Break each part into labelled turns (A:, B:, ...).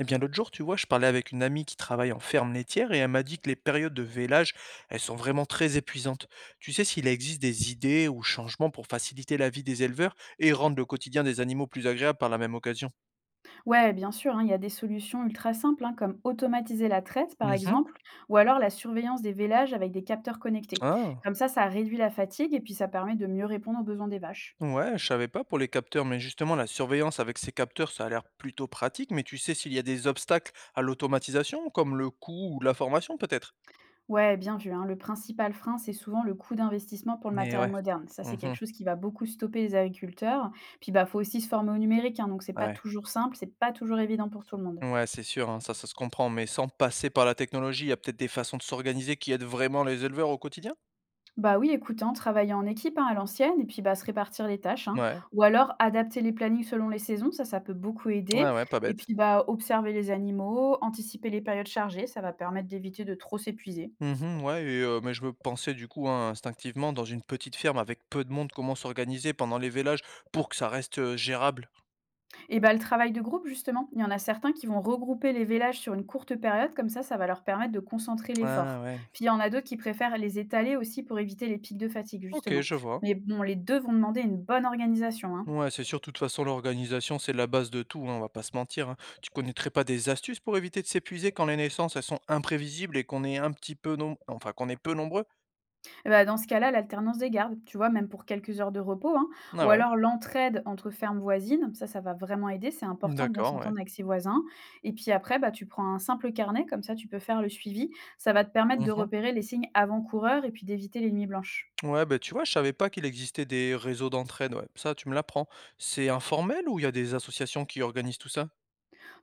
A: Eh bien, l'autre jour, tu vois, je parlais avec une amie qui travaille en ferme laitière et elle m'a dit que les périodes de vélage, elles sont vraiment très épuisantes. Tu sais s'il existe des idées ou changements pour faciliter la vie des éleveurs et rendre le quotidien des animaux plus agréable par la même occasion?
B: Ouais, bien sûr, hein, il y a des solutions ultra simples, hein, comme automatiser la traite, par
A: Mhm.
B: exemple, ou alors la surveillance des vélages avec des capteurs connectés.
A: Ah,
B: Comme ça réduit la fatigue et puis ça permet de mieux répondre aux besoins des vaches.
A: ouais, je savais pas pour les capteurs, mais justement, la surveillance avec ces capteurs, ça a l'air plutôt pratique, mais tu sais s'il y a des obstacles à l'automatisation, comme le coût ou la formation peut-être?
B: Ouais, bien vu, hein. Le principal frein, c'est souvent le coût d'investissement pour le
A: Mais
B: matériel
A: ouais.
B: moderne. Ça, c'est quelque
A: Mhm.
B: chose qui va beaucoup stopper les agriculteurs. Puis, bah, faut aussi se former au numérique, hein, donc c'est pas
A: Ouais.
B: toujours simple, c'est pas toujours évident pour tout le monde.
A: Ouais, c'est sûr, hein, ça se comprend, mais sans passer par la technologie, il y a peut-être des façons de s'organiser qui aident vraiment les éleveurs au quotidien?
B: Bah oui, écoute, hein, travailler en équipe, hein, à l'ancienne et puis bah, se répartir les tâches, hein,
A: Ouais,
B: ou alors adapter les plannings selon les saisons, ça peut beaucoup
A: ouais,
B: aider.
A: ouais, pas
B: Et
A: bête.
B: puis bah, observer les animaux, anticiper les périodes chargées, ça va permettre d'éviter de trop s'épuiser.
A: Mhm, ouais, mais je me pensais du coup hein, instinctivement dans une petite ferme avec peu de monde, comment s'organiser pendant les vélages pour que ça reste gérable.
B: Et bah, le travail de groupe, justement, il y en a certains qui vont regrouper les vélages sur une courte période, comme ça va leur permettre de concentrer l'effort.
A: Ah ouais.
B: Puis il y en a d'autres qui préfèrent les étaler aussi pour éviter les pics de fatigue,
A: Ok,
B: justement.
A: je vois.
B: Mais bon, les deux vont demander une bonne organisation, hein.
A: Ouais, c'est sûr, de toute façon, l'organisation, c'est la base de tout, hein, on va pas se mentir, hein. Tu connaîtrais pas des astuces pour éviter de s'épuiser quand les naissances, elles sont imprévisibles et qu'on est un petit peu nom... enfin qu'on est peu nombreux?
B: Et bah, dans ce cas-là, l'alternance des gardes, tu vois, même pour quelques heures de repos, hein,
A: Ah
B: ou
A: ouais,
B: alors l'entraide entre fermes voisines, ça va vraiment aider. C'est important de bien
A: d'accord, ouais.
B: s'entendre avec ses voisins. Et puis après, bah, tu prends un simple carnet, comme ça, tu peux faire le suivi. Ça va te permettre de repérer les signes avant-coureurs et puis d'éviter les nuits blanches.
A: Ouais, ben tu vois, je savais pas qu'il existait des réseaux d'entraide, ouais. Ça, tu me l'apprends. C'est informel ou il y a des associations qui organisent tout ça?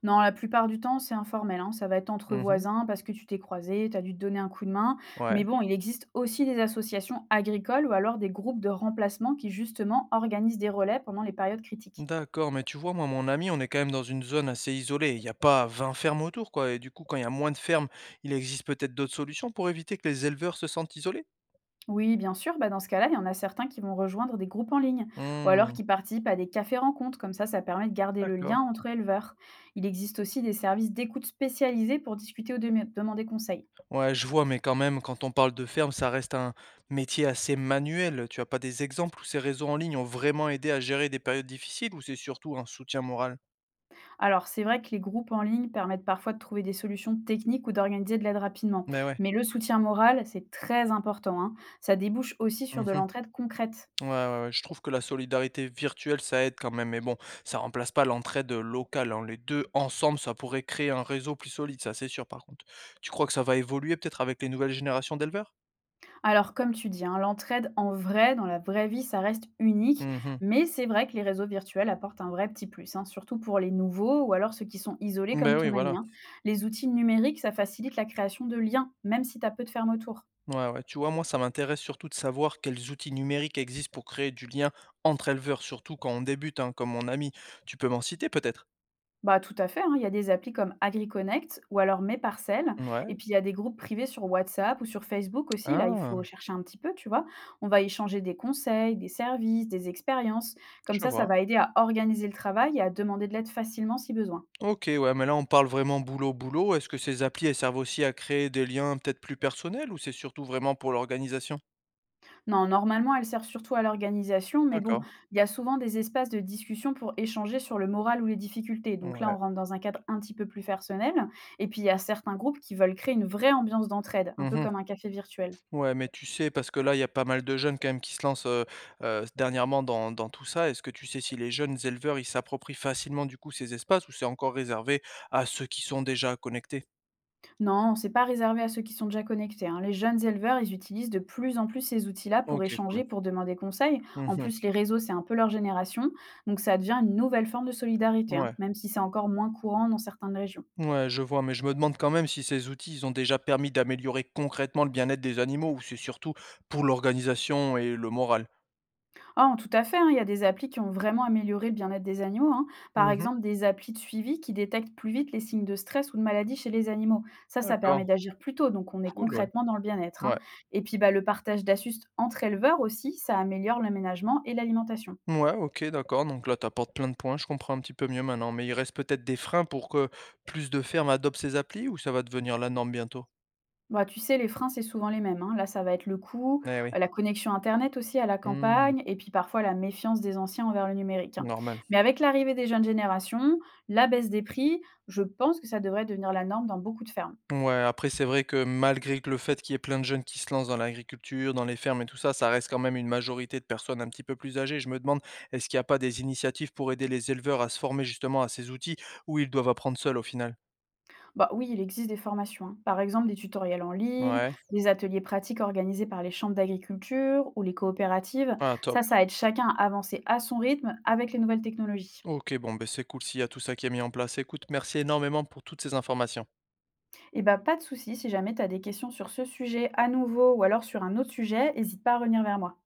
B: Non, la plupart du temps, c'est informel, hein. Ça va être entre
A: Mhm.
B: voisins parce que tu t'es croisé, tu as dû te donner un coup de main.
A: Ouais.
B: Mais bon, il existe aussi des associations agricoles ou alors des groupes de remplacement qui, justement, organisent des relais pendant les périodes critiques.
A: D'accord, mais tu vois, moi, mon ami, on est quand même dans une zone assez isolée. Il n'y a pas 20 fermes autour, quoi. Et du coup, quand il y a moins de fermes, il existe peut-être d'autres solutions pour éviter que les éleveurs se sentent isolés?
B: Oui, bien sûr. Bah, dans ce cas-là, il y en a certains qui vont rejoindre des groupes en ligne ou alors
A: Hmm,
B: qui participent à des cafés-rencontres. Comme ça permet de garder le
A: d'accord.
B: lien entre éleveurs. Il existe aussi des services d'écoute spécialisés pour discuter ou demander conseil.
A: Ouais, je vois, mais quand même, quand on parle de ferme, ça reste un métier assez manuel. Tu as pas des exemples où ces réseaux en ligne ont vraiment aidé à gérer des périodes difficiles ou c'est surtout un soutien moral?
B: Alors, c'est vrai que les groupes en ligne permettent parfois de trouver des solutions techniques ou d'organiser de l'aide rapidement.
A: Mais ouais.
B: Mais le soutien moral, c'est très important, hein. Ça débouche aussi sur de
A: Mhm.
B: l'entraide concrète.
A: Ouais, ouais, ouais, je trouve que la solidarité virtuelle, ça aide quand même, mais bon, ça remplace pas l'entraide locale, hein. Les 2 ensemble, ça pourrait créer un réseau plus solide, ça c'est sûr par contre. Tu crois que ça va évoluer peut-être avec les nouvelles générations d'éleveurs?
B: Alors, comme tu dis, hein, l'entraide en vrai, dans la vraie vie, ça reste unique,
A: Mmh mh.
B: mais c'est vrai que les réseaux virtuels apportent un vrai petit plus, hein, surtout pour les nouveaux ou alors ceux qui sont isolés comme
A: Oui,
B: ton ami,
A: voilà.
B: hein. Les outils numériques, ça facilite la création de liens, même si tu as peu de fermes autour.
A: Ouais, ouais, tu vois, moi ça m'intéresse surtout de savoir quels outils numériques existent pour créer du lien entre éleveurs, surtout quand on débute, hein, comme mon ami. Tu peux m'en citer peut-être?
B: Bah, tout à fait, hein, il y a des applis comme AgriConnect ou alors Mes Parcelles, et
A: Ouais.
B: puis il y a des groupes privés sur WhatsApp ou sur Facebook aussi, là il faut
A: Ah!
B: chercher un petit peu, tu vois. On va échanger des conseils, des services, des expériences, comme
A: Je
B: ça ça
A: vois.
B: va aider à organiser le travail et à demander de l'aide facilement si besoin.
A: OK, ouais, mais là, on parle vraiment boulot, boulot. Est-ce que ces applis, elles servent aussi à créer des liens peut-être plus personnels ou c'est surtout vraiment pour l'organisation?
B: Non, normalement, elles servent surtout à l'organisation, mais bon,
A: D'accord.
B: il y a souvent des espaces de discussion pour échanger sur le moral ou les difficultés. Donc là,
A: Ouais.
B: on rentre dans un cadre un petit peu plus personnel. Et puis, il y a certains groupes qui veulent créer une vraie ambiance d'entraide, un peu
A: Mmh.
B: comme un café virtuel.
A: Ouais, mais tu sais, parce que là, il y a pas mal de jeunes quand même qui se lancent, dernièrement dans tout ça. Est-ce que tu sais si les jeunes éleveurs, ils s'approprient facilement du coup ces espaces ou c'est encore réservé à ceux qui sont déjà connectés?
B: Non, c'est pas réservé à ceux qui sont déjà connectés, hein. Les jeunes éleveurs, ils utilisent de plus en plus ces outils-là pour
A: OK, cool.
B: échanger, pour demander conseil. En
A: Mmh.
B: plus, les réseaux, c'est un peu leur génération. Donc ça devient une nouvelle forme de solidarité, hein,
A: Ouais.
B: même si c'est encore moins courant dans certaines régions.
A: Ouais, je vois, mais je me demande quand même si ces outils, ils ont déjà permis d'améliorer concrètement le bien-être des animaux ou c'est surtout pour l'organisation et le moral.
B: Oh, tout à fait, hein, il y a des applis qui ont vraiment amélioré le bien-être des animaux, hein. Par
A: Mhm.
B: exemple, des applis de suivi qui détectent plus vite les signes de stress ou de maladie chez les animaux. Ça permet
A: D'accord,
B: d'agir plus tôt, donc on est
A: cool, ouais.
B: concrètement dans le bien-être, hein.
A: Ouais,
B: Et puis, bah, le partage d'astuces entre éleveurs aussi, ça améliore l'aménagement et l'alimentation.
A: ouais, ok, d'accord. Donc là, tu apportes plein de points, je comprends un petit peu mieux maintenant. Mais il reste peut-être des freins pour que plus de fermes adoptent ces applis ou ça va devenir la norme bientôt?
B: Bah, tu sais, les freins, c'est souvent les mêmes, hein. Là, ça va être le coût,
A: Eh oui.
B: la connexion Internet aussi à la
A: Hmm,
B: campagne, et puis parfois la méfiance des anciens envers le numérique, hein.
A: normal.
B: Mais avec l'arrivée des jeunes générations, la baisse des prix, je pense que ça devrait devenir la norme dans beaucoup de fermes.
A: Ouais, après c'est vrai que malgré que le fait qu'il y ait plein de jeunes qui se lancent dans l'agriculture, dans les fermes et tout ça, ça reste quand même une majorité de personnes un petit peu plus âgées. Je me demande, est-ce qu'il n'y a pas des initiatives pour aider les éleveurs à se former justement à ces outils ou ils doivent apprendre seuls au final?
B: Bah, oui, il existe des formations, hein. Par exemple, des tutoriels en ligne,
A: Ouais.
B: des ateliers pratiques organisés par les chambres d'agriculture ou les coopératives.
A: Ah, top.
B: Ça aide chacun à avancer à son rythme avec les nouvelles technologies.
A: Ok, bon, ben c'est cool s'il y a tout ça qui est mis en place. Écoute, merci énormément pour toutes ces informations.
B: Et bah, pas de souci, si jamais tu as des questions sur ce sujet à nouveau ou alors sur un autre sujet, n'hésite pas à revenir vers moi.